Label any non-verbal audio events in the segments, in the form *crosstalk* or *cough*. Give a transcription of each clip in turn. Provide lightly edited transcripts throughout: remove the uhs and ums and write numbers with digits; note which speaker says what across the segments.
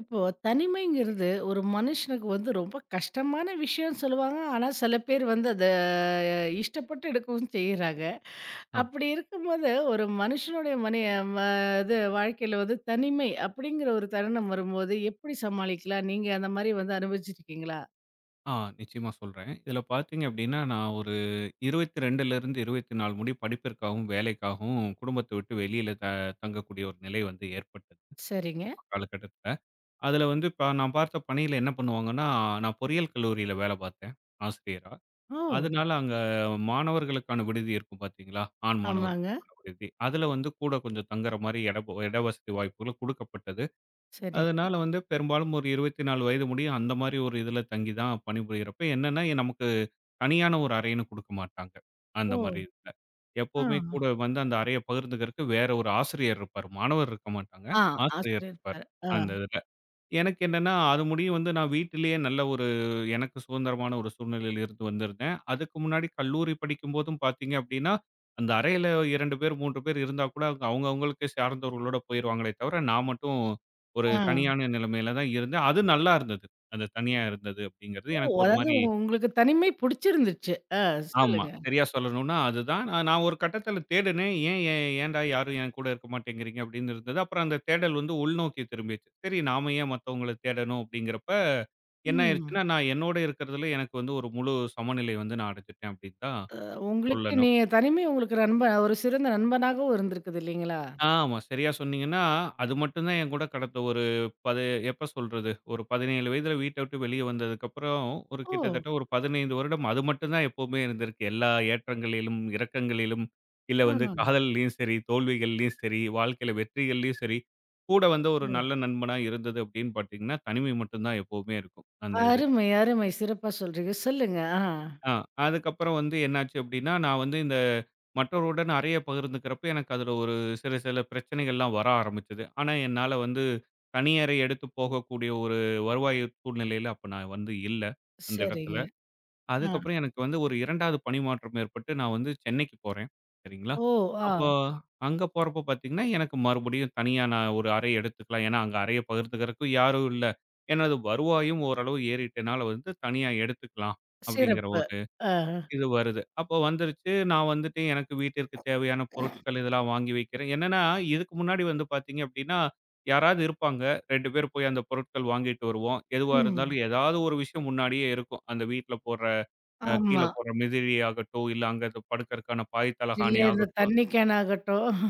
Speaker 1: இப்போ தனிமைங்கிறது ஒரு மனுஷனுக்கு வந்து ரொம்ப கஷ்டமான விஷயம்னு சொல்லுவாங்க. ஆனா, சில பேர் வந்து அத இஷ்டப்பட்டு எடுக்கவும் செய்றாங்க.
Speaker 2: ஆம்.
Speaker 1: அப்படி இருக்கும்போது ஒரு மனுஷனுடைய மனி ம இது வாழ்க்கையில வந்து தனிமை அப்படிங்கிற ஒரு தருணம் வரும்போது எப்படி சமாளிக்கலாம்? நீங்க அந்த மாரி வந்து அனுபவிச்சிருக்கீங்களா?
Speaker 2: ஆ நிச்சயமா சொல்றேன். இதில பார்த்தீங்க அப்டின்னா, நான் ஒரு 22லருந்து 24 முடி படிப்பிற்காகவும், வேலைக்காகவும் குடும்பத்த விட்டு வெளியில தங்கக்கூடிய ஒரு நிலை வந்து ஏற்பட்டது.
Speaker 1: சரிங்க.
Speaker 2: அப்ப காலகட்டத்தில. அதில வந்து இப்ப நான் பார்த்த பணியில என்ன பண்ணுவாங்கன்னா, நான் பொறியியல் கல்லூரியில வேல பார்த்தேன், ஆசிரியரா.
Speaker 1: ஓ!
Speaker 2: அதனால அங்க மாணவர்களுக்கான விடுதி இருக்கும் பார்த்தீங்களா? ஆண்
Speaker 1: ஆமாங்க.
Speaker 2: மாணவர்களுக்கான விடுதி. அதில வந்து கூட கொஞ்சம் தங்குற மாரி இட இட வசதி வாய்ப்புகள் குடுக்கப்பட்டது.
Speaker 1: சரி.
Speaker 2: அதனால வந்து பெரும்பாலும் ஒரு 24 வயது முடியும் அந்த மாதிரி ஒரு இதுல தங்கி தான் பணிபுரியறப்ப என்னன்னா, நமக்கு தனியான ஒரு அறைன்னு குடுக்க மாட்டாங்க. அந்த மாதிரி
Speaker 1: ஓ!
Speaker 2: இதுல.
Speaker 1: ஆ.
Speaker 2: எப்பவுமே கூட வந்து அந்த அறைய பகிர்ந்துக்கிறதுக்கு வேற ஒரு ஆசிரியர் இருப்பாரு. மாணவர் இருக்க மாட்டாங்க.
Speaker 1: ஆ
Speaker 2: ஆசிரியர்
Speaker 1: ஆசிரியர்
Speaker 2: இருப்பார்.
Speaker 1: இருப்பாரு. ஆ,
Speaker 2: அந்த இதுல. எனக்கு என்னன்னா, அது முடியும் வந்து நான் வீட்டிலேயே நல்ல ஒரு எனக்கு சுதந்திரமான ஒரு சூழ்நிலையில இருந்து வந்திருந்தேன். அதுக்கு முன்னாடி கல்லூரி படிக்கும்போதும் பார்த்தீங்க அப்டின்னா, அந்த அறையில 2 பேர், 3 பேர் இருந்தா கூட அவங்க அவங்க அவங்களுக்கு சார்ந்தவர்களோட போயிருவாங்களே தவிர, நான் மட்டும் ஒரு
Speaker 1: ஆ.
Speaker 2: தனியான நிலைமையில தான் இருந்தேன். அது நல்லா இருந்தது. அந்த தனியா இருந்தது
Speaker 1: ஓ!
Speaker 2: அப்டிங்கிறது எனக்கு ஒரு
Speaker 1: அதாவது
Speaker 2: மாரி
Speaker 1: உங்களுக்கு தனிமை புடிச்சிருந்துச்சு. ஆ,
Speaker 2: ஆமா.
Speaker 1: சொல்லுங்க.
Speaker 2: சரியா சொல்லணும்னா அதுதான். நான் நான் ஒரு கட்டத்தில தேடுனேன். ஏன் ஏன் ஏன்டா யாரும் என் கூட இருக்க மாட்டேங்கிறீங்க அப்படின்னு இருந்தது. அப்புறம் அந்த தேடல் வந்து உள்நோக்கி திரும்பிச்சு. சரி நாம ஏன் மத்தவங்கள தேடணும் அப்படிங்கிறப்ப, என்ன
Speaker 1: ம்.
Speaker 2: ஆயிருச்சுன்னா, நான் என்னோட இருக்கிறதுல எனக்கு வந்து ஒரு முழு சமநிலை வந்து நான் அடைஞ்சுட்டேன் அப்படின்னு தான்
Speaker 1: அ, உங்களுக்கு
Speaker 2: சொல்லணும்.
Speaker 1: நீங்க தனிமை உங்களுக்கு நண்பன் ஒரு சிறந்த நண்பனாகவும் இருந்திருக்குது இல்லைங்களா?
Speaker 2: ஆமா. சரியா சொன்னீங்கன்னா, அது மட்டும் தான் என் கூட கடந்த ஒரு பது எப்ப சொல்றது? ஒரு 17 வயதில வீட்ட விட்டு வெளிய வந்ததுக்கப்புறம், ஒரு
Speaker 1: ஓ!
Speaker 2: கிட்டத்தட்ட ஒரு 15 வருடம் அது மட்டும் தான் எப்பவுமே இருந்திருக்கு. எல்லா ஏற்றங்களிலும், இறக்கங்களிலும், இல்ல
Speaker 1: ஆ.
Speaker 2: வந்து காதல்லயும் சரி, தோல்விகள்லயும் சரி, வாழ்க்கையில வெற்றிகள்லயும் சரி, கூட வந்து ஒரு
Speaker 1: ஓ!
Speaker 2: நல்ல நண்பனா இருந்தது அப்படின்னு பார்த்தீங்கன்னா, தனிமை மட்டும் தான் எப்பவுமே இருக்கும். அந்த இது.
Speaker 1: அருமை, அருமை. சிறப்பா சொல்றீங்க. சொல்லுங்க. ஆ.
Speaker 2: ஆ. அதுக்கப்புறம் வந்து என்னாச்சு அப்டின்னா, நான் வந்து இந்த மற்றவர்களுடன் அறைய பகிர்ந்துக்கிறப்ப, எனக்கு அதில ஒரு சில சில பிரச்சனைகள்லாம் வர ஆரம்பிச்சது. ஆனா, என்னால வந்து தனி அறை எடுத்து போகக்கூடிய ஒரு வருவாய் சூழ்நிலையில அப்ப நான் வந்து இல்ல, அந்த இடத்துல.
Speaker 1: சரிங்க. ஆ.
Speaker 2: அதுக்கப்புறம் எனக்கு வந்து ஒரு 2வது பணிமாற்றம் ஏற்பட்டு, நான் வந்து சென்னைக்கு போறேன். சரிங்களா?
Speaker 1: ஓ! ஆ.
Speaker 2: அப்போ அங்க போறப்ப பார்த்தீங்கன்னா, எனக்கு மறுபடியும் தனியா நான் ஒரு அறை எடுத்துக்கலாம். ஏன்னா, அங்க அறைய பகிர்ந்துக்கிறதுக்கு யாரும் இல்ல. எனது வருவாயும் ஓரளவு ஏறிட்டனால வந்து தனியா எடுத்துக்கலாம், அப்டிங்கிற
Speaker 1: சிறப்பு.
Speaker 2: ஒரு
Speaker 1: ஆ.
Speaker 2: இது வருது. அப்போ வந்துருச்சு. நான் வந்துட்டு எனக்கு வீட்டிற்கு தேவையான பொருட்கள் இதெல்லாம் வாங்கி வைக்கிறேன். என்னன்னா, இதுக்கு முன்னாடி வந்து பார்த்தீங்க அப்படின்னா, யாராவது இருப்பாங்க. 2 பேர் போய் அந்த பொருட்கள் வாங்கிட்டு வருவோம். எதுவா
Speaker 1: ம்.
Speaker 2: இருந்தாலும் ஏதாவது ஒரு விஷயம் முன்னாடியே இருக்கும். அந்த வீட்ல போடுற கீழ
Speaker 1: ஆமா.
Speaker 2: போடுற மிதிழி ஆகட்டும், இல்ல அங்க படுக்கறக்கான பாய்
Speaker 1: இல்ல
Speaker 2: தலகாணி
Speaker 1: இந்த
Speaker 2: ஆகட்டும்.
Speaker 1: தண்ணி கேன் ஆகட்டும்.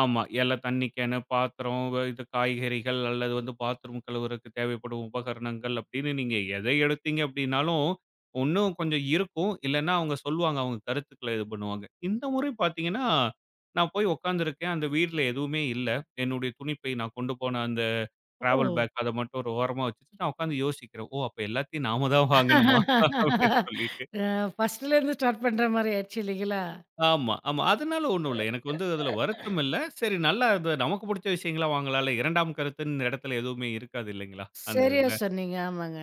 Speaker 2: ஆமா. எல்லாம் தண்ணி கேனு, பாத்திரம், இது காய்கறிகள் அல்லது வந்து பாத்ரூம் கழுவுறக்கு தேவைப்படும் உபகரணங்கள் அப்படின்னு நீங்க எதை எடுத்தீங்க அப்படின்னாலும், இன்னும் கொஞ்சம் இருக்கும். இல்லன்னா அவங்க சொல்லுவாங்க. அவங்க கருத்துக்கள இது பண்ணுவாங்க. இந்த முறை பார்த்தீங்கன்னா, நான் போய் உட்காந்துருக்கேன். அந்த வீட்ல எதுவுமே இல்ல. என்னுடைய துணிப்பை நான் கொண்டு போன அந்த டிராவல்
Speaker 1: ஓ!
Speaker 2: பேக் அத மட்டும் ஒரு ஓரமா வச்சுட்டு நான் உட்காந்து யோசிக்கிறேன். ஓ! அப்ப எல்லாத்தையும் நாம தான் வாங்கணுமா? அப்படின்னு சொல்லிட்டு.
Speaker 1: அ, ஃபர்ஸ்ட்லேருந்து ஸ்டார்ட் பண்ற மாரி ஆயிடுச்சு இல்லைங்களா?
Speaker 2: ஆமா, ஆமா. அதனால ஒண்ணும் இல்ல. எனக்கு வந்து அதுல வருத்தம் இல்ல. சரி நல்லா இது நமக்கு புடிச்ச விஷயங்களா வாங்கலாம்ல. 2ஆம் கருத்துன்னு இடத்துல எதுவுமே இருக்காது இல்லைங்களா? அந்த
Speaker 1: சரியா
Speaker 2: இதுல.
Speaker 1: சொன்னீங்க. ஆமாங்க.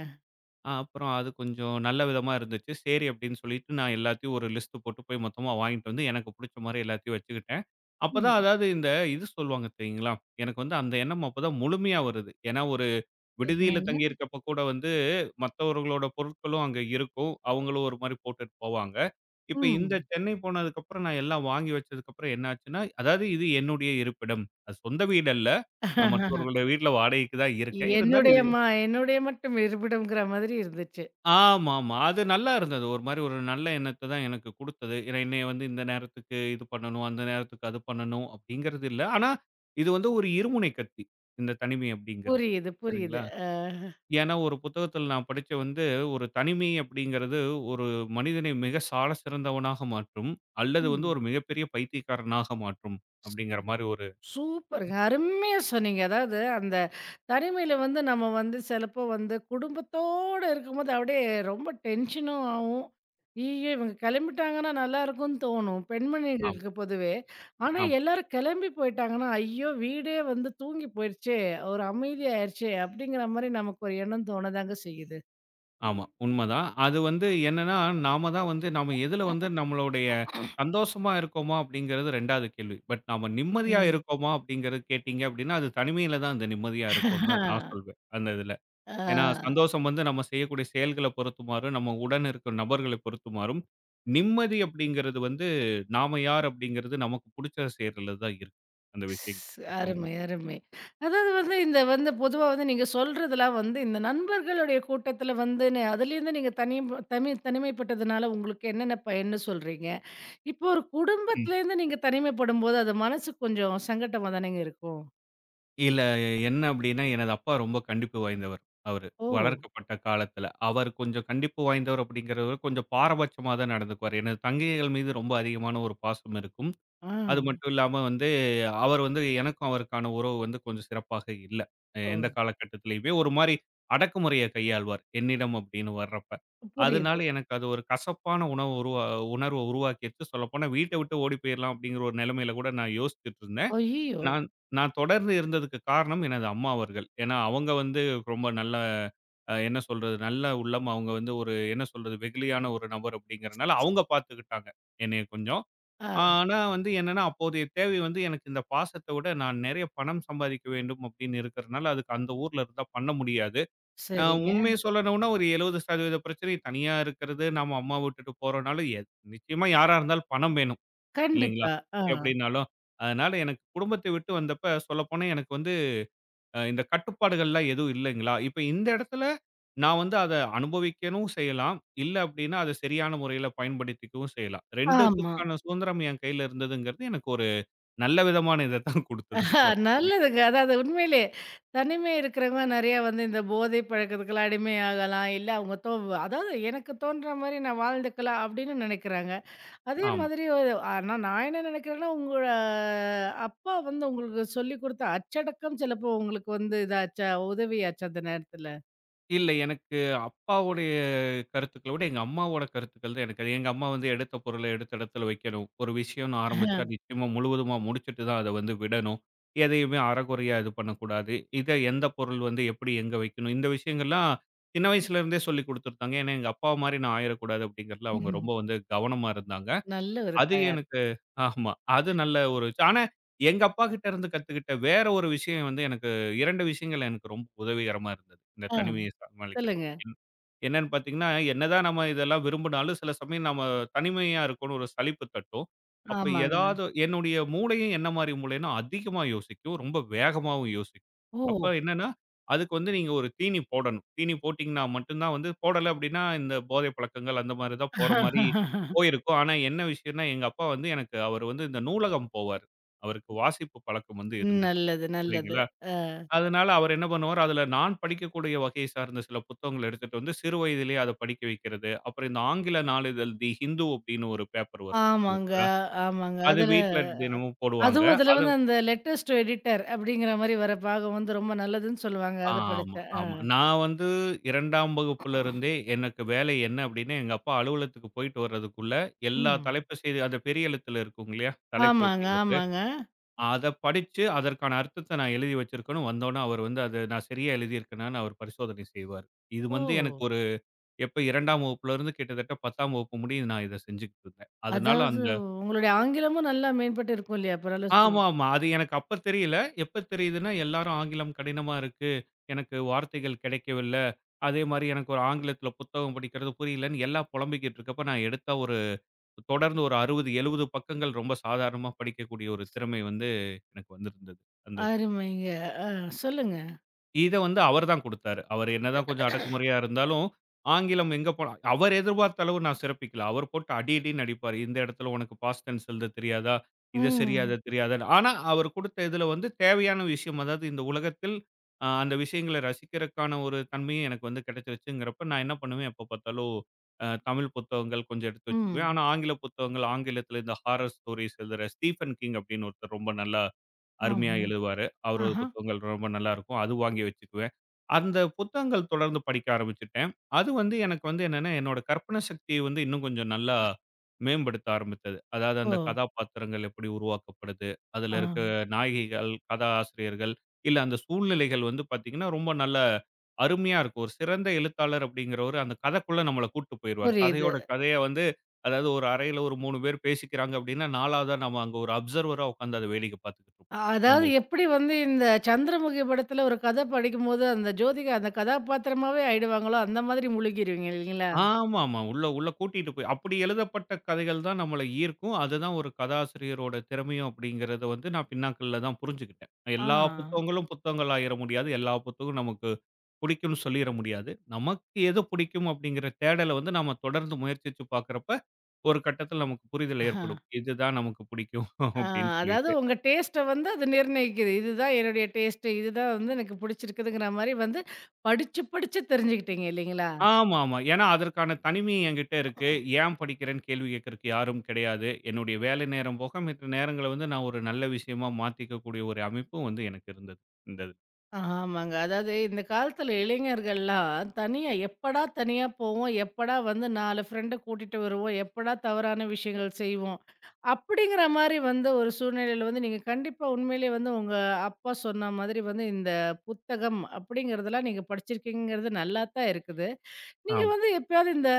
Speaker 2: அப்புறம் அது கொஞ்சம் நல்ல விதமா இருந்துச்சு. சரி அப்படின்னு சொல்லிட்டு நான் எல்லாத்தையும் ஒரு லிஸ்ட் போட்டு போய் மொத்தமா வாங்கிட்டு வந்து எனக்கு புடிச்ச மாரி எல்லாத்தையும் வச்சுக்கிட்டேன். அப்பதான்
Speaker 1: ம்.
Speaker 2: அதாவது இந்த இது சொல்லுவாங்க தெரியுங்களா? எனக்கு வந்து அந்த எண்ணம் அப்பதான் முழுமையா வருது. ஏன்னா ஒரு விடுதியில
Speaker 1: என்னங்க?
Speaker 2: தங்கியிருக்கப்ப கூட வந்து மத்தவர்களோட பொருட்களும் அங்க இருக்கும். அவங்களும் ஒரு மாரி போட்டுட்டு போவாங்க. இப்ப இந்த
Speaker 1: ம்.
Speaker 2: சென்னை போனதுக்கப்புறம் நான் எல்லாம் வாங்கி வச்சதுக்கப்புறம் என்ன ஆச்சுன்னா, அதாவது இது என்னுடைய இருப்பிடம். அது சொந்த வீடு அல்ல. நான் மற்றவர்களுடைய வீட்ல வாடகைக்கு தான் இருக்கேன். இருந்தாலும்
Speaker 1: என்னுடைய
Speaker 2: இது
Speaker 1: ம என்னுடைய மட்டும் இருப்பிடம்ங்கிற மாதிரி இருந்துச்சு.
Speaker 2: ஆமாமா. அது நல்லா இருந்தது. ஒரு மாரி ஒரு நல்ல எண்ணத்த தான் எனக்கு குடுத்தது. ஏன்னா என்னைய வந்து இந்த நேரத்துக்கு இது பண்ணணும், அந்த நேரத்துக்கு அது பண்ணணும் அப்படிங்கிறது இல்ல. ஆனா, இது வந்து ஒரு இருமுனை கத்தி. இந்த தனிமை அப்படிங்கிறது.
Speaker 1: புரியுது, புரியுது.
Speaker 2: சரிங்களா?
Speaker 1: ஆ.
Speaker 2: ஏன்னா, ஒரு புத்தகத்துல நான் படிச்ச வந்து, "ஒரு தனிமை அப்படிங்கிறது ஒரு மனிதனை மிக சால சிறந்தவனாக மாற்றும். அல்லது வந்து
Speaker 1: ம்.
Speaker 2: ஒரு மிகப்பெரிய பைத்தியக்காரனாக மாற்றும்." அப்படிங்கிற மாரி ஒரு
Speaker 1: சூப்பருங்க. அருமையா சொன்னீங்க. அதாவது அந்த தனிமையில வந்து நம்ம வந்து சிலப்போ வந்து குடும்பத்தோட இருக்கும்போது அப்படியே ரொம்ப டென்ஷனும் ஆவும். ஐய்யய்யோ! இவங்க கிளம்பிட்டாங்கன்னா நல்லாயிருக்கும்னு தோணும்.
Speaker 2: ஆமா,
Speaker 1: பெண்மணிகளுக்கு பொதுவே. ஆனா
Speaker 2: ஆமா,
Speaker 1: எல்லாரும் கிளம்பி போயிட்டாங்கன்னா, ஐயோ! வீடே வந்து தூங்கி போயிடுச்சே! ஒரு அமைதி ஆயிருச்சே! அப்படிங்கிற மாரி நமக்கு ஒரு எண்ணம் தோணதாங்க செய்யுது.
Speaker 2: ஆமா. உண்மதான். அது வந்து என்னன்னா, நாம எதுல வந்து நம்மளுடைய சந்தோஷமா இருக்கோமா அப்படிங்கிறது 2வது கேள்வி. பட் நாம நிம்மதியா
Speaker 1: ம்.
Speaker 2: இருக்கோமா அப்படிங்கிறது கேட்டீங்க அப்படின்னா, அது தனிமையில தான் அந்த நிம்மதியா இருக்கும்னு தான் நான்
Speaker 1: *laughs*
Speaker 2: சொல்வேன், அந்த இதுல. ஏன்னா,
Speaker 1: ஆ.
Speaker 2: சந்தோஷம் வந்து நம்ம செய்யக்கூடிய செயல்கள பொறுத்து மாறும். நம்ம உடன் இருக்கும் நபர்கள பொறுத்து மாறும். நிம்மதி அப்படிங்கிறது வந்து, நாம யார் அப்படிங்கிறது நமக்கு புடிச்சத செய்றதுல தான் இருக்கு. அந்த விஷயம்.
Speaker 1: ஸ்
Speaker 2: எப்பவும்.
Speaker 1: அருமை, அருமை. அதாவது வந்து இந்த வந்து பொதுவா வந்து நீங்க சொல்றதெல்லாம் வந்து இந்த நண்பர்களுடைய கூட்டத்துல வந்துன்னு அதுலேருந்து நீங்க தனிம் தனி தனிமைப்பட்டதுனால உங்களுக்கு என்னென்ன பயன்னு சொல்றீங்க? இப்போ ஒரு
Speaker 2: ம்.
Speaker 1: குடும்பத்துலேருந்து நீங்க தனிமைப்படும்போது அது மனசுக்கு கொஞ்சம் சங்கட்டமா தானேங்க இருக்கும்?
Speaker 2: இல்ல என்ன அப்படின்னா, எனது அப்பா ரொம்ப கண்டிப்பு வாய்ந்தவர். அவரு.
Speaker 1: ஓ!
Speaker 2: வளர்க்கப்பட்ட காலத்துல. அவர் கொஞ்சம் கண்டிப்பு வாய்ந்தவர் அப்படிங்கிறவர் கொஞ்சம் பாரபட்சமா தான் நடந்துக்குவாரு. எனது தங்கைகள் மீது ரொம்ப அதிகமான ஒரு பாசம் இருக்கும்.
Speaker 1: ஆ.
Speaker 2: அது மட்டும் இல்லாம வந்து, அவர் வந்து எனக்கும் அவருக்கான உறவு வந்து கொஞ்சம் சிறப்பாக இல்ல.
Speaker 1: ஓ!
Speaker 2: எந்த காலகட்டத்திலயுமே ஒரு மாரி அடக்குமுறைய கையாள்வார். என்னிடம் அப்படின்னு வர்றப்ப. அதனால
Speaker 1: புரியுது.
Speaker 2: எனக்கு அது ஒரு கசப்பான உணவு உருவா உணர்வ உருவாக்கிருச்சு. சொல்லப்போனா வீட்ட விட்டு ஓடி போயிரலாம் அப்படிங்கிற ஒரு நிலைமையில கூட நான் யோசிச்சுட்டு இருந்தேன்.
Speaker 1: ஐய்யயோ!
Speaker 2: நான் நான் தொடர்ந்து இருந்ததுக்கு காரணம் எனது அம்மா அவர்கள். ஏன்னா அவங்க வந்து ரொம்ப நல்ல என்ன சொல்றது? நல்ல உள்ளம். அவங்க வந்து ஒரு என்ன சொல்றது? வெகுளியான ஒரு நபர் அப்படிங்கிறனால அவங்க பார்த்துக்கிட்டாங்க என்னைய கொஞ்சம்.
Speaker 1: ஆ,
Speaker 2: ஆனா வந்து என்னன்னா, அப்போதைய தேவை வந்து எனக்கு இந்த பாசத்த விட நான் நெறைய பணம் சம்பாதிக்க வேண்டும் அப்படின்னு இருக்கிறனால, அதுக்கு அந்த ஊர்ல இருந்தா பண்ண முடியாது. அ
Speaker 1: சரிங்க.
Speaker 2: உண்மைய சொல்லணும்னா ஒரு 70% பிரச்சனை தனியா இருக்கிறது, நாம அம்மா விட்டுட்டு போறோம்னாலும், நிச்சயமா யாரா இருந்தாலும் பணம் வேணும் இல்லைங்களா?
Speaker 1: கண்டிப்பா. ஆ.
Speaker 2: எப்படின்னாலும். அதனால எனக்கு குடும்பத்தை விட்டு வந்தப்ப சொல்லப்போனா எனக்கு வந்து இந்த கட்டுப்பாடுகள்லாம் எதுவும் இல்லைங்களா? இப்ப இந்த இடத்துல நான் வந்து அத அனுபவிக்கணும் செய்யலாம். இல்ல அப்டின்னா, அத சரியான முறையில பயன்படுத்திக்கவும் செய்யலாம்.
Speaker 1: ஆமா.
Speaker 2: 2த்துக்கான சுதந்திரம் என் கையில இருந்ததுங்கிறது எனக்கு ஒரு நல்ல விதமான இத தான் குடுத்தது.
Speaker 1: ஆ,
Speaker 2: *laughs*
Speaker 1: நல்லதுங்க. அதாவது உண்மையிலே தனிமையா இருக்கிறவங்க நெறையா வந்து இந்த போதை பழக்கத்துக்கெல்லாம் அடிமை ஆகலாம். இல்ல அவங்க தோ, அதாவது எனக்கு தோன்ற மாரி நான் வாழ்ந்துக்கலாம் அப்படின்னு நெனைக்கிறாங்க. அதே
Speaker 2: ஆமா.
Speaker 1: மாதிரி ஒரு ஆனா நான் என்ன நெனைக்கிறேன்னா, உங்களோட அப்பா வந்து உங்களுக்கு சொல்லிக் குடுத்த அச்சடக்கம் சிலப்போ உங்களுக்கு வந்து இதாச்சா, உதவியாச்சா அந்த நேரத்துல?
Speaker 2: இல்ல எனக்கு அப்பாவோட கருத்துக்கள விட, எங்க அம்மாவோட கருத்துக்கள் தான் எனக்கு. எங்க அம்மா வந்து எடுத்த பொருள எடுத்த இடத்துல வைக்கணும். ஒரு விஷயம்னு
Speaker 1: *laughs* ஆஹா.
Speaker 2: ஆரம்பிச்சா நிச்சயமா முழுவதுமா முடிச்சுட்டு தான் அத வந்து விடணும். எதையுமே அரைகுறையா இது பண்ணக்கூடாது. இத எந்த பொருள் வந்து எப்படி எங்க வைக்கணும். இந்த விஷயங்கள்லாம் சின்ன வயசுல இருந்தே சொல்லிக் குடுத்துருக்காங்க. ஏன்னா, எங்க அப்பா மாரி நான் ஆயிறக்கூடாது அப்படிங்கிறதுல அவங்க ரொம்ப வந்து கவனமா இருந்தாங்க.
Speaker 1: நல்ல ஒரு
Speaker 2: அது
Speaker 1: தாயார்.
Speaker 2: எனக்கு ஆமா. அது நல்ல ஒரு ஆனா எங்க அப்பாகிட்ட இருந்து கத்துக்கிட்ட வேற ஒரு விஷயம் வந்து எனக்கு 2 விஷயங்கள் எனக்கு ரொம்ப உதவிகரமா இருந்தது. இந்த
Speaker 1: ஆ,
Speaker 2: தனிமையை சமாளிக்கிறப்ப.
Speaker 1: சொல்லுங்க.
Speaker 2: என்னன்னு பார்த்தீங்கன்னா, என்னதான் நம்ம இதெல்லாம் விரும்பினாலும் சில சமயம் நம்ம தனிமையா இருக்கோம்னு ஒரு சலிப்பு தட்டும். அப்ப
Speaker 1: ஆமாங்க.
Speaker 2: ஏதாவது என்னுடைய மூளையும் என்ன மாரி மூளைன்னா அதிகமா யோசிக்கும். ரொம்ப வேகமாவும் யோசிக்கும். அப்ப
Speaker 1: ஓ!
Speaker 2: என்னன்னா, அதுக்கு வந்து நீங்க ஒரு தீனி போடணும். தீனி போட்டீங்கன்னா மட்டும் தான் வந்து போடல அப்டின்னா இந்த போதை பழக்கங்கள் அந்த மாரி தான் போற மாரி
Speaker 1: *laughs*
Speaker 2: போயிருக்கோம். ஆனா என்ன விஷயம்னா, எங்க அப்பா வந்து எனக்கு அவரு வந்து இந்த நூலகம் போவாரு. அவருக்கு வாசிப்பு பழக்கம் வந்து இருந்தது.
Speaker 1: நல்லது, நல்லது.
Speaker 2: சரிங்களா?
Speaker 1: அ,
Speaker 2: அதனால அவர் என்ன பண்ணுவாரு, அதுல நான் படிக்கக்கூடிய வகையை சார்ந்த சில புத்தகங்கள எடுத்துட்டு வந்து, சிறு வயதிலேயே அத படிக்க வைக்கிறது. அப்புறம் இந்த ஆங்கில நாளிதழ் தி ஹிந்து அப்படின்னு ஒரு பேப்பர் வரும்.
Speaker 1: ஆமாங்க,
Speaker 2: இல்லைங்களா?
Speaker 1: ஆமாங்க.
Speaker 2: அது
Speaker 1: அதுல
Speaker 2: வீட்ல தினமும் போடுவாங்க.
Speaker 1: அதுவும் அதுல
Speaker 2: அது
Speaker 1: வந்து அந்த லெட்டர்ஸ் டூ எடிட்டர் அப்படிங்கிற மாரி வர பாகம் வந்து ரொம்ப நல்லதுன்னு சொல்லுவாங்க. அத
Speaker 2: ஆமா,
Speaker 1: படிச்சேன். ஆ.
Speaker 2: ஆமா. நான் வந்து 2ஆம் வகுப்புல இருந்தே எனக்கு வேலை என்ன அப்படின்னா, எங்க அப்பா அலுவலகத்துக்கு போயிட்டு வர்றதுக்குள்ள எல்லா
Speaker 1: ம்.
Speaker 2: தலைப்பு செய்தி அந்த பெரிய எழுத்துல இருக்கும் இல்லையா? தலைப்பு
Speaker 1: ஆமாங்க,
Speaker 2: அப்படிங்கிறது.
Speaker 1: ஆமாங்க.
Speaker 2: அத படிச்சு, அதற்கான அர்த்தத்த நான் எழுதி வச்சிருக்கணும். வந்தோன அவரு வந்து அத நான் சரியா எழுதியிருக்கேனான்னு அவரு பரிசோதனை செய்வாரு. இது
Speaker 1: ஓ!
Speaker 2: வந்து எனக்கு ஒரு எப்ப 2ஆம் வகுப்புலருந்து கிட்டத்தட்ட 10ஆம் வகுப்பு முடியும் நான் இத செஞ்சுகிட்டு இருந்தேன். அதனால
Speaker 1: அதாவது
Speaker 2: அந்த
Speaker 1: உங்களுடைய ஆங்கிலமும் நல்லா மேம்பட்டு இருக்கும் இல்லையா? பரவால்ல சு,
Speaker 2: ஆமாமா. அது எனக்கு அப்ப தெரியல. எப்ப தெரியுதுன்னா, எல்லாரும் ஆங்கிலம் கடினமா இருக்கு. எனக்கு வார்த்தைகள் கிடைக்கவில்ல. அதே மாரி எனக்கு ஒரு ஆங்கிலத்துல புத்தகம் படிக்கிறது புரியலன்னு எல்லாம் புலம்பிக்கிட்டு இருக்கப்ப, நான் எடுத்த ஒரு தொடர்ந்து ஒரு 60, 70 பக்கங்கள் ரொம்ப சாதாரணமா படிக்கக்கூடிய ஒரு திறமை வந்து எனக்கு வந்திருந்தது. அந்த
Speaker 1: அருமைங்க. ஆ, சொல்லுங்க.
Speaker 2: இத வந்து அவர் தான் குடுத்தாரு. அவர் என்னதான் கொஞ்சம் அடக்குமுறையா இருந்தாலும், ஆங்கிலம் எங்க போனா அவர் எதிர்பார்த்த அளவு நான் சிறப்பிக்கல. அவர் போட்டு அடி அடின்னு அடிப்பாரு. இந்த இடத்துல உனக்கு பாஸ்ட் டென்ஸ் எழுத தெரியாதா? இத சரியா,
Speaker 1: ம்.
Speaker 2: அத தெரியாதான்னு. ஆனா, அவர் குடுத்த இதுல வந்து தேவையான விஷயம். அதாவது இந்த உலகத்தில் அந்த விஷயங்கள ரசிக்கிறக்கான ஒரு தன்மையும் எனக்கு வந்து கிடைச்சிருச்சுங்கிறப்ப, நான் என்ன பண்ணுவேன் எப்ப பார்த்தாலும், தமிழ் புத்தகங்கள் கொஞ்சம் எடுத்து வச்சுக்குவேன்.
Speaker 1: ம்.
Speaker 2: ஆனா, ஆங்கில புத்தகங்கள் ஆங்கிலத்தில இந்த ஹாரர் ஸ்டோரீஸ் எழுதுற ஸ்டீஃபன் கிங் அப்படின்னு ஒருத்தர் ரொம்ப நல்லா அருமையா
Speaker 1: ஆமா.
Speaker 2: எழுதுவாரு. அவரோட
Speaker 1: ஆஹா.
Speaker 2: புத்தகங்கள் ரொம்ப நல்லாருக்கும். அது வாங்கி வச்சுக்குவேன். அந்த புத்தகங்கள் தொடர்ந்து படிக்க ஆரம்பிச்சுட்டேன். அது வந்து எனக்கு வந்து என்னன்னா, என்னோட கற்பனை சக்திய வந்து இன்னும் கொஞ்சம் நல்லா மேம்படுத்த ஆரம்பித்தது. அதாவது
Speaker 1: ஓ!
Speaker 2: அந்த கதாபாத்திரங்கள் எப்படி உருவாக்கப்படுது, அதுல இருக்க
Speaker 1: ஆ.
Speaker 2: நாயகிகள், கதாசிரியர்கள், இல்ல அந்த சூழ்நிலைகள் வந்து பார்த்தீங்கன்னா, ரொம்ப நல்ல அருமையா இருக்கும். ஒரு சிறந்த எழுத்தாளர் அப்படிங்கிறவரு அந்த கதைக்குள்ள நம்மள கூட்டு போயிருவாரு.
Speaker 1: புரியுது.
Speaker 2: கதையோட கதைய வந்து அதாவது ஒரு அறையில ஒரு 3 பேர் பேசிக்கிறாங்க அப்படின்னா, 4வதா நம்ம அங்க ஒரு அப்சர்வரா உட்கார்ந்து அத வேடிக்கை பார்த்துக்கிட்டு இருப்போம். அந்த
Speaker 1: அதாவது எப்படி வந்து இந்த சந்திரமுகி படத்துல ஒரு கதை படிக்கும்போது அந்த ஜோதிகா அந்த கதாபாத்திரமாவே ஆயிடுவாங்களோ, அந்த மாதிரி முழுகிருவீங்க இல்லைங்களா?
Speaker 2: ஆமாமா. உள்ள உள்ள கூட்டிட்டு போய் அப்படி எழுதப்பட்ட கதைகள் தான் நம்மள ஈர்க்கும். அதுதான் ஒரு கதாசிரியரோட திறமையும் அப்படிங்கிறத வந்து நான் பின்னாக்கள்ல தான் புரிஞ்சுகிட்டேன். எல்லா புத்தகங்களும் புத்தகங்கள் ஆயிற முடியாது. எல்லா புத்தகமும் நமக்கு பிடிக்கும்னு சொல்லிற முடியாது. நமக்கு எது பிடிக்கும் அப்படிங்கிற தேடல வந்து நாம தொடர்ந்து முயற்சிச்சு பார்க்கிறப்ப, ஒரு கட்டத்தில நமக்கு புரிதல்
Speaker 1: ஆ.
Speaker 2: ஏற்படும். இதுதான் நமக்கு பிடிக்கும்
Speaker 1: ஆ,
Speaker 2: அப்படின்னு
Speaker 1: அதாவது
Speaker 2: சொல்லிட்டு.
Speaker 1: உங்க டேஸ்ட்ட வந்து அது நிர்ணயிக்குது. இதுதான் என்னுடைய டேஸ்ட்டு. இதுதான் வந்து எனக்கு பிடிச்சிருக்குதுங்கிற மாரி வந்து படிச்சு, படிச்சு தெரிஞ்சுக்கிட்டீங்க இல்லைங்களா?
Speaker 2: ஆமா, ஆமா. ஏன்னா அதற்கான தனிமை என்கிட்ட இருக்கு. ஏன் படிக்கிறேன்னு கேள்வி கேட்கறக்கு யாரும் கிடையாது. என்னுடைய வேலை நேரம் போக மத்த நேரங்கள வந்து நான் ஒரு நல்ல விஷயமா மாத்திக்கக்கூடிய ஒரு அமைப்பும் வந்து எனக்கு இருந்தது. இந்த இது.
Speaker 1: ஆமாங்க. அதாவது இந்த காலத்துல இளைஞர்கள்லாம் தனியா எப்படா தனியா போவோம்? எப்படா வந்து 4 ஃப்ரெண்ட கூட்டிட்டு வருவோம்? எப்படா தவறான விஷயங்கள் செய்வோம்? அப்படிங்கிற மாரி வந்து ஒரு சூழ்நிலையில வந்து நீங்க கண்டிப்பா உண்மையிலேயே வந்து உங்க அப்பா சொன்ன மாதிரி வந்து இந்த புத்தகம் அப்படிங்கிறதெல்லாம் நீங்க படிச்சிருக்கீங்கிறது நல்லா தான் இருக்குது. நீங்க
Speaker 2: ஆமா,
Speaker 1: வந்து எப்பயாவது இந்த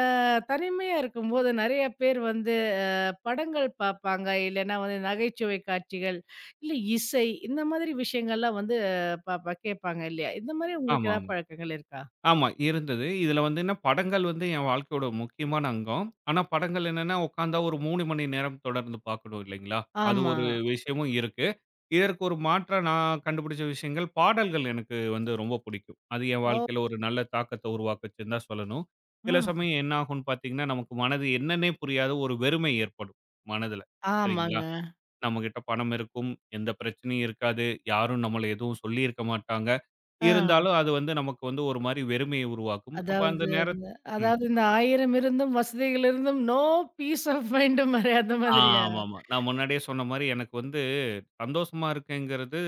Speaker 1: தனிமையா இருக்கும்போது நெறைய பேர் வந்து படங்கள் பார்ப்பாங்க. இல்லன்னா வந்து நகைச்சுவை காட்சிகள், இல்ல இசை இந்த மாதிரி விஷயங்கள்லாம் வந்து பாப்பா கேட்பாங்க இல்லையா? இந்த மாதிரி உங்களுக்கு ஏதாவது
Speaker 2: ஆமாமா.
Speaker 1: பழக்கங்கள் இருக்கா?
Speaker 2: ஆமா இருந்தது. இதுல வந்து என்ன படங்கள் வந்து என் வாழ்க்கையோட முக்கியமான அங்கம். ஆனா படங்கள் என்னன்னா உட்கார்ந்தா ஒரு 3 மணி நேரம் தொடர்ந்து பார்க்கணும் இல்லைங்களா? அது
Speaker 1: ஆமா.
Speaker 2: ஒரு விஷயமும் இருக்கு. இதற்கு ஒரு மாற்றா நான் கண்டுபிடிச்ச விஷயங்கள் பாடல்கள் எனக்கு வந்து ரொம்ப பிடிக்கும். அது என் வாழ்க்கையில
Speaker 1: ஓ!
Speaker 2: ஒரு நல்ல தாக்கத்த உருவாக்குச்சுன்னு தான் சொல்லணும்.
Speaker 1: ஆ.
Speaker 2: சில சமயம் என்ன ஆகும்ன்னு பார்த்தீங்கன்னா, நமக்கு மனது என்னன்னே புரியாத ஒரு வெறுமை ஏற்படும் மனதுல. சரிங்களா?
Speaker 1: ஆமாங்க.
Speaker 2: நம்மகிட்ட பணம் இருக்கும். எந்த பிரச்சனையும் இருக்காது. யாரும் நம்மள எதுவும் சொல்லியிருக்க மாட்டாங்க.
Speaker 1: ஆ.
Speaker 2: இருந்தாலும் அது வந்து நமக்கு வந்து ஒரு மாரி வெறுமையை உருவாக்கும். அப்ப அந்த
Speaker 1: அதாவது
Speaker 2: நேரத்
Speaker 1: இந்த
Speaker 2: ம்.
Speaker 1: அதாவது இந்த 1000 இருந்தும் வசதிகள் இருந்தும் நோ பீஸ் ஆஃப் மைண்ட் மாரி அந்த மாதிரியா?
Speaker 2: ஆமாமா. நான் முன்னாடியே சொன்ன மாரி எனக்கு வந்து சந்தோஷமா இருக்கேங்கிறது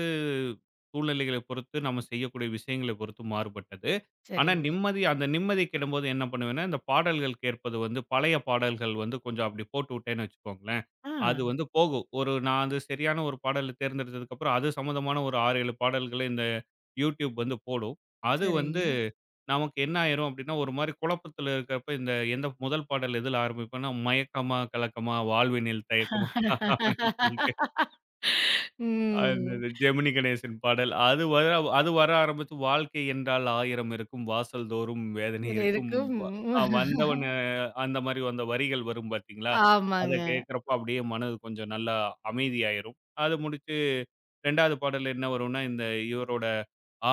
Speaker 2: சூழ்நிலைகளை பொறுத்து நம்ம செய்யக்கூடிய விஷயங்களை பொறுத்து மாறுபட்டது. ஆனா,
Speaker 1: சரிங்க.
Speaker 2: நிம்மதி அந்த நிம்மதி கெடும்போது என்ன பண்ணுவேன்னா, இந்த பாடல்கள் கேட்பது வந்து பழைய பாடல்கள் வந்து கொஞ்சம் அப்படி போட்டுவுட்டேன்னு வச்சுக்கோங்களேன்,
Speaker 1: ஆ.
Speaker 2: அது வந்து போகும். ஒரு நான் அது சரியான ஒரு பாடல தேர்ந்தெடுத்ததுக்கப்புறம், அது சம்மந்தமான ஒரு 6, 7 பாடல்கள இந்த யூடியூப் வந்து போடும். அது வந்து
Speaker 1: சரிங்க.
Speaker 2: நமக்கு என்ன ஆயிரும் அப்படின்னா, ஒரு மாரி குழப்பத்துல இருக்கிறப்ப இந்த எந்த முதல் பாடல் எதுல ஆரம்பிப்பேன்னா, மயக்கமா கலக்கமா வாழ்வினில் தயக்கமா *laughs* அப்படின்னு சொல்லிட்டு
Speaker 1: *laughs*
Speaker 2: அந்த
Speaker 1: ம்.
Speaker 2: இது ஜெமினி கணேசன் பாடல். அது வர ஆரம்பிச்சு, "வாழ்க்கை என்றால் ஆயிரம் இருக்கும், வாசல் தோறும் வேதனை
Speaker 1: இதுல
Speaker 2: இருக்கும்."
Speaker 1: இருக்கும்.
Speaker 2: வ அ வந்தவனு அந்த மாரி அந்த வரிகள் வரும் பார்த்தீங்களா? அத
Speaker 1: ஆமாங்க.
Speaker 2: கேட்கிறப்ப அப்படியே மனது கொஞ்சம் நல்லா அமைதியாயிரும். அது முடிச்சு 2வது பாடல் என்ன வரும்னா, இந்த இவரோட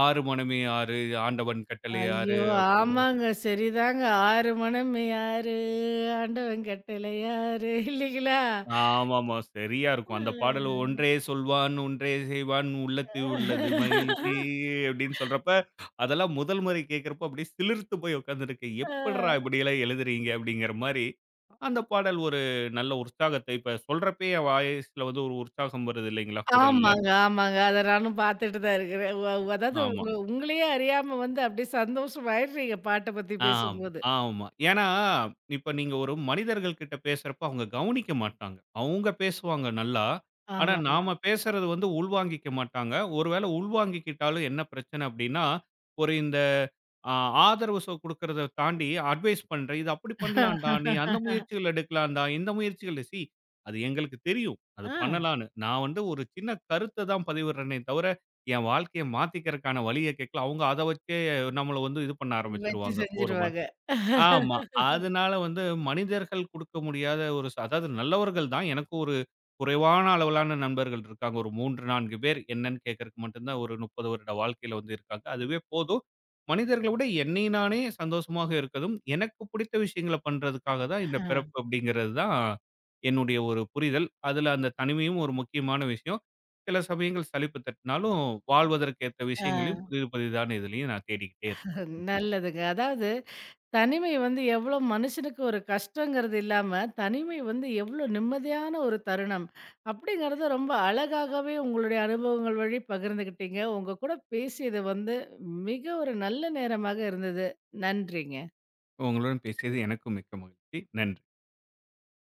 Speaker 2: "ஆறு மனமே ஆறு, ஆண்டவன் கட்டளை ஆறு"
Speaker 1: ஐயோ! ஆமாங்க. சரிதாங்க. "ஆறு மணம் யாரு? ஆண்டவன் கட்டளை யாரு?" இல்லைங்களா?
Speaker 2: ஆமாமா. சரியா இருக்கும். அந்த பாடல் "ஒன்றே சொல்வான், ஒன்றே செய்வான் உள்ளத்தில் உள்ளது மகிழ்ச்சி" அப்படின்னு சொல்றப்ப, அதெல்லாம் முதல் முறை கேட்கிறப்போ அப்படியே சிலிர்த்து போய் உட்கார்ந்துருக்கேன். "எப்புட்றா
Speaker 1: அ.
Speaker 2: இப்படியெல்லாம் எழுதுறீங்க?" அப்படிங்கிற மாரி, அந்த பாடல் ஒரு நல்ல உற்சாகத்தை இப்ப சொல்றப்பயே என் வாய்ஸ்ல வந்து ஒரு உற்சாகம் வருது இல்லைங்களா? குரல்ல.
Speaker 1: ஆமாங்க, ஆமாங்க. அத நானும் பார்த்துட்டு தான் இருக்கிறேன். வ, அதாவது
Speaker 2: ஆமா.
Speaker 1: உங்க உங்களையே அறியாம வந்து அப்படியே சந்தோஷமாயிடுறீங்க பாட்ட பத்தி
Speaker 2: ஆமா,
Speaker 1: பேசும்போது.
Speaker 2: ஆமா. ஏன்னா, இப்ப நீங்க ஒரு மனிதர்கள் கிட்ட பேசுறப்ப அவங்க கவனிக்க மாட்டாங்க. அவங்க பேசுவாங்க நல்லா. ஆனா,
Speaker 1: ஆமாங்க.
Speaker 2: நாம பேசுறது வந்து உள்வாங்கிக்க மாட்டாங்க. ஒருவேள உள்வாங்கிக்கிட்டாலும் என்ன பிரச்சனை அப்டின்னா, ஒரு இந்த அ ஆதரவு குடுக்கறத தாண்டி அட்வைஸ் பண்றேன். "இது அப்படி பண்ணலாம்டா. நீ அந்த முயற்சிகள் எடுக்கலாம்டா. இந்த முயற்சிகள்" அது எங்களுக்கு தெரியும். அது
Speaker 1: ஆ.
Speaker 2: பண்ணலான்னு. நான் வந்து ஒரு சின்ன கருத்த தான் பதிவிடுறேனே தவிர, என் வாழ்க்கைய மாத்திக்கிறக்கான வழிய கேட்கல. அவங்க அத வச்சு நம்மள வந்து இது பண்ண
Speaker 1: வச்சு
Speaker 2: ஆரம்பிச்சுருவாங்க. ஒரு ம
Speaker 1: செஞ்சுருவாங்க.
Speaker 2: ஆமா. அதனால வந்து மனிதர்கள் குடுக்க முடியாத ஒரு அதாவது நல்லவர்கள் தான். எனக்கு ஒரு குறைவான அளவிலான நண்பர்கள் இருக்காங்க. ஒரு 3, 4 பேர் என்னன்னு கேட்கறக்கு மட்டும் தான் ஒரு 30 வருட வாழ்க்கையில வந்து இருக்காங்க. அதுவே போதும். மனிதர்கள விட என்னை நானே சந்தோஷமாக இருக்கதும், எனக்கு பிடித்த விஷயங்கள பண்றதுக்காக தான் இந்த பிறப்பு
Speaker 1: ஆ.
Speaker 2: அப்படிங்கிறது தான் என்னுடைய ஒரு புரிதல். அதுல அந்த தனிமையும் ஒரு முக்கியமான விஷயம். சில சமயங்கள் சலிப்பு தட்டினாலும் வாழ்வதற்கேத்த விஷயங்களையும்
Speaker 1: ஆ,
Speaker 2: புதிது புதிதான இதுலயும் நான் தேடிக்கிட்டே இருப்பேன்.
Speaker 1: நல்லதுங்க. அதாவது தனிமை வந்து எவ்ளோ மனுஷனுக்கு ஒரு கஷ்டங்கிறது இல்லாம, தனிமை வந்து எவ்ளோ நிம்மதியான ஒரு தருணம் அப்படிங்கிறத ரொம்ப அழகாகவே உங்களுடைய அனுபவங்கள் வழி பகிர்ந்துக்கிட்டீங்க. உங்க கூட பேசியது வந்து மிக ஒரு நல்ல நேரமாக இருந்தது. நன்றிங்க.
Speaker 2: உங்களுடன் பேசியது எனக்கும் மிக்க மகிழ்ச்சி. நன்றி.